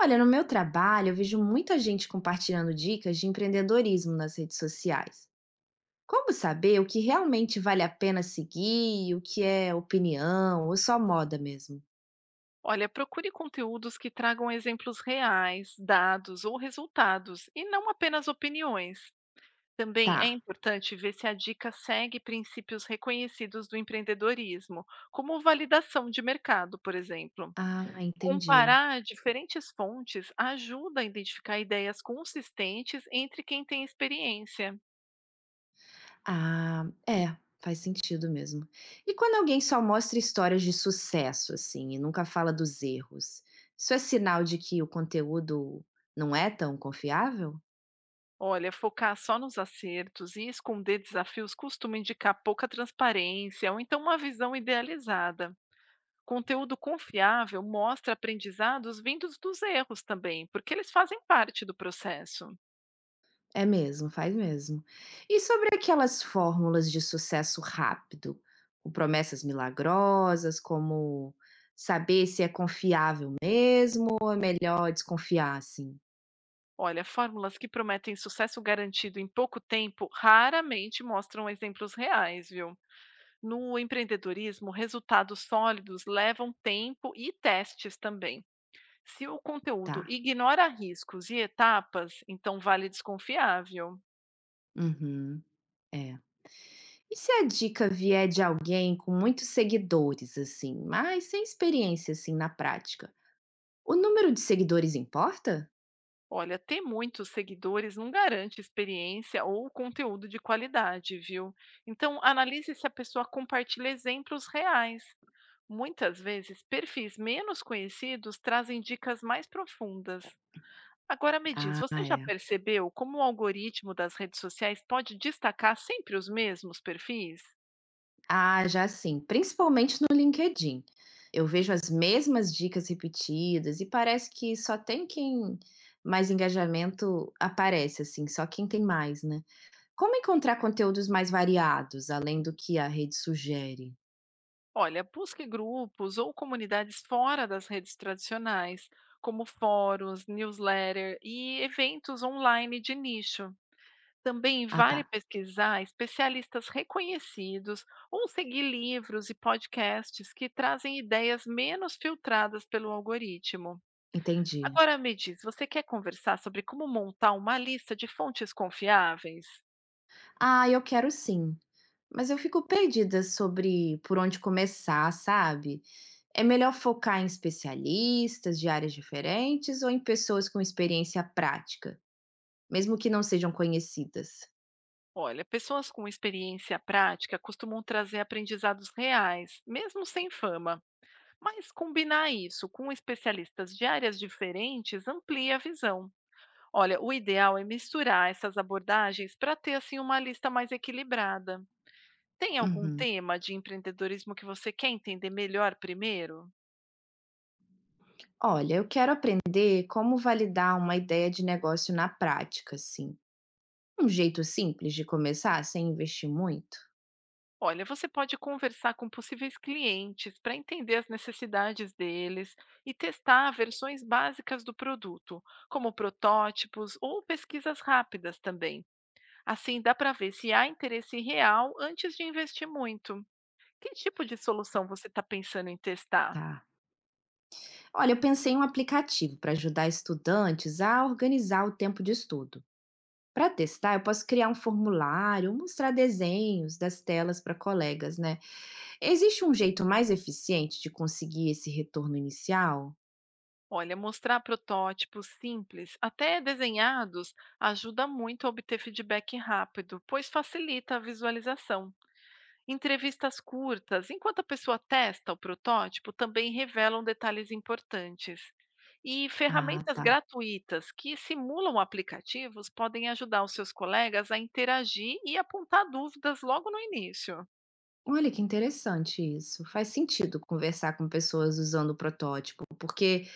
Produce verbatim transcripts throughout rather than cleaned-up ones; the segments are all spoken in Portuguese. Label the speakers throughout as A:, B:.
A: Olha, no meu trabalho, eu vejo muita gente compartilhando dicas de empreendedorismo nas redes sociais. Como saber o que realmente vale a pena seguir, e o que é opinião ou só moda mesmo?
B: Olha, procure conteúdos que tragam exemplos reais, dados ou resultados, e não apenas opiniões. Também é
A: Tá.
B: importante ver se a dica segue princípios reconhecidos do empreendedorismo, como validação de mercado, por exemplo.
A: Ah, entendi.
B: Comparar diferentes fontes ajuda a identificar ideias consistentes entre quem tem experiência.
A: Ah, é, faz sentido mesmo. E quando alguém só mostra histórias de sucesso, assim, e nunca fala dos erros, isso é sinal de que o conteúdo não é tão confiável?
B: Olha, focar só nos acertos e esconder desafios costuma indicar pouca transparência ou então uma visão idealizada. Conteúdo confiável mostra aprendizados vindos dos erros também, porque eles fazem parte do processo.
A: É mesmo, faz mesmo. E sobre aquelas fórmulas de sucesso rápido, com promessas milagrosas, como saber se é confiável mesmo ou é melhor desconfiar, assim?
B: Olha, fórmulas que prometem sucesso garantido em pouco tempo raramente mostram exemplos reais, viu? No empreendedorismo, resultados sólidos levam tempo e testes também. Se o conteúdo
A: Tá.
B: ignora riscos e etapas, então vale desconfiável.
A: Uhum. É. E se a dica vier de alguém com muitos seguidores, assim, mas sem experiência, assim, na prática? O número de seguidores importa?
B: Olha, ter muitos seguidores não garante experiência ou conteúdo de qualidade, viu? Então, analise se a pessoa compartilha exemplos reais. Muitas vezes, perfis menos conhecidos trazem dicas mais profundas. Agora me diz,
A: Ah,
B: você já
A: é.
B: percebeu como o algoritmo das redes sociais pode destacar sempre os mesmos perfis?
A: Ah, já sim, principalmente no LinkedIn. Eu vejo as mesmas dicas repetidas e parece que só tem quem mais engajamento aparece, assim, só quem tem mais, né? Como encontrar conteúdos mais variados, além do que a rede sugere?
B: Olha, busque grupos ou comunidades fora das redes tradicionais, como fóruns, newsletter e eventos online de nicho. Também
A: Ah, tá,
B: vale pesquisar especialistas reconhecidos ou seguir livros e podcasts que trazem ideias menos filtradas pelo algoritmo.
A: entendi.
B: Agora me diz, você quer conversar sobre como montar uma lista de fontes confiáveis?
A: Ah, eu quero sim, mas eu fico perdida sobre por onde começar, sabe? É melhor focar em especialistas de áreas diferentes ou em pessoas com experiência prática? Mesmo que não sejam conhecidas?
B: Olha, pessoas com experiência prática costumam trazer aprendizados reais, mesmo sem fama. Mas combinar isso com especialistas de áreas diferentes amplia a visão. Olha, o ideal é misturar essas abordagens para ter assim uma lista mais equilibrada. Tem algum
A: Uhum.
B: tema de empreendedorismo que você quer entender melhor primeiro?
A: Olha, eu quero aprender como validar uma ideia de negócio na prática, assim. Um jeito simples de começar sem investir muito?
B: Olha, você pode conversar com possíveis clientes para entender as necessidades deles e testar versões básicas do produto, como protótipos ou pesquisas rápidas também. Assim, dá para ver se há interesse real antes de investir muito. Que tipo de solução você está pensando em testar?
A: Tá. Olha, eu pensei em um aplicativo para ajudar estudantes a organizar o tempo de estudo. Para testar, eu posso criar um formulário, mostrar desenhos das telas para colegas, né? Existe um jeito mais eficiente de conseguir esse retorno inicial?
B: Olha, mostrar protótipos simples, até desenhados, ajuda muito a obter feedback rápido, pois facilita a visualização. Entrevistas curtas, enquanto a pessoa testa o protótipo, também revelam detalhes importantes. E
A: Ah,
B: ferramentas
A: tá.
B: gratuitas que simulam aplicativos podem ajudar os seus colegas a interagir e apontar dúvidas logo no início.
A: Olha que interessante isso. Faz sentido conversar com pessoas usando o protótipo, porque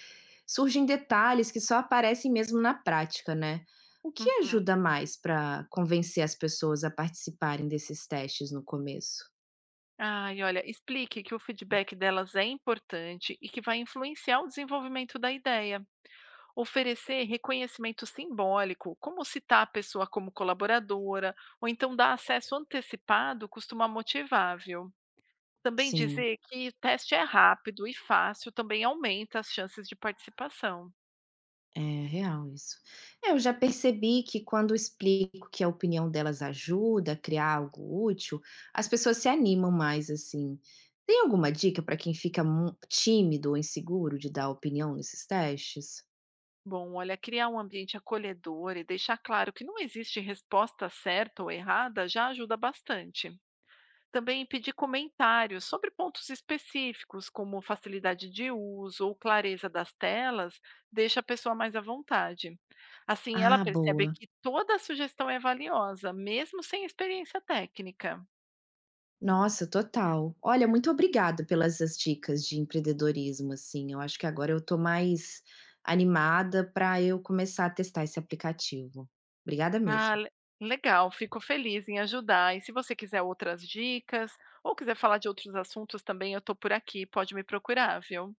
A: surgem detalhes que só aparecem mesmo na prática, né? O que
B: Uhum.
A: ajuda mais para convencer as pessoas a participarem desses testes no começo?
B: Ai, olha, explique que o feedback delas é importante e que vai influenciar o desenvolvimento da ideia. Oferecer reconhecimento simbólico, como citar a pessoa como colaboradora, ou então dar acesso antecipado, costuma motivar, viu? Também
A: Sim,
B: dizer que o teste é rápido e fácil também aumenta as chances de participação.
A: é real isso. É, eu já percebi que quando eu explico que a opinião delas ajuda a criar algo útil, as pessoas se animam mais assim. Tem alguma dica para quem fica mu- tímido ou inseguro de dar opinião nesses testes?
B: Bom, olha, criar um ambiente acolhedor e deixar claro que não existe resposta certa ou errada já ajuda bastante. Também pedir comentários sobre pontos específicos, como facilidade de uso ou clareza das telas, deixa a pessoa mais à vontade. Assim, ela
A: Ah,
B: percebe
A: boa.
B: que toda sugestão é valiosa, mesmo sem experiência técnica.
A: Nossa, total. Olha, muito obrigada pelas essas dicas de empreendedorismo, assim, eu acho que agora eu tô mais animada para eu começar a testar esse aplicativo. Obrigada
B: Ah,
A: mesmo.
B: le- legal, fico feliz em ajudar. E se você quiser outras dicas ou quiser falar de outros assuntos também, eu estou por aqui, pode me procurar, viu?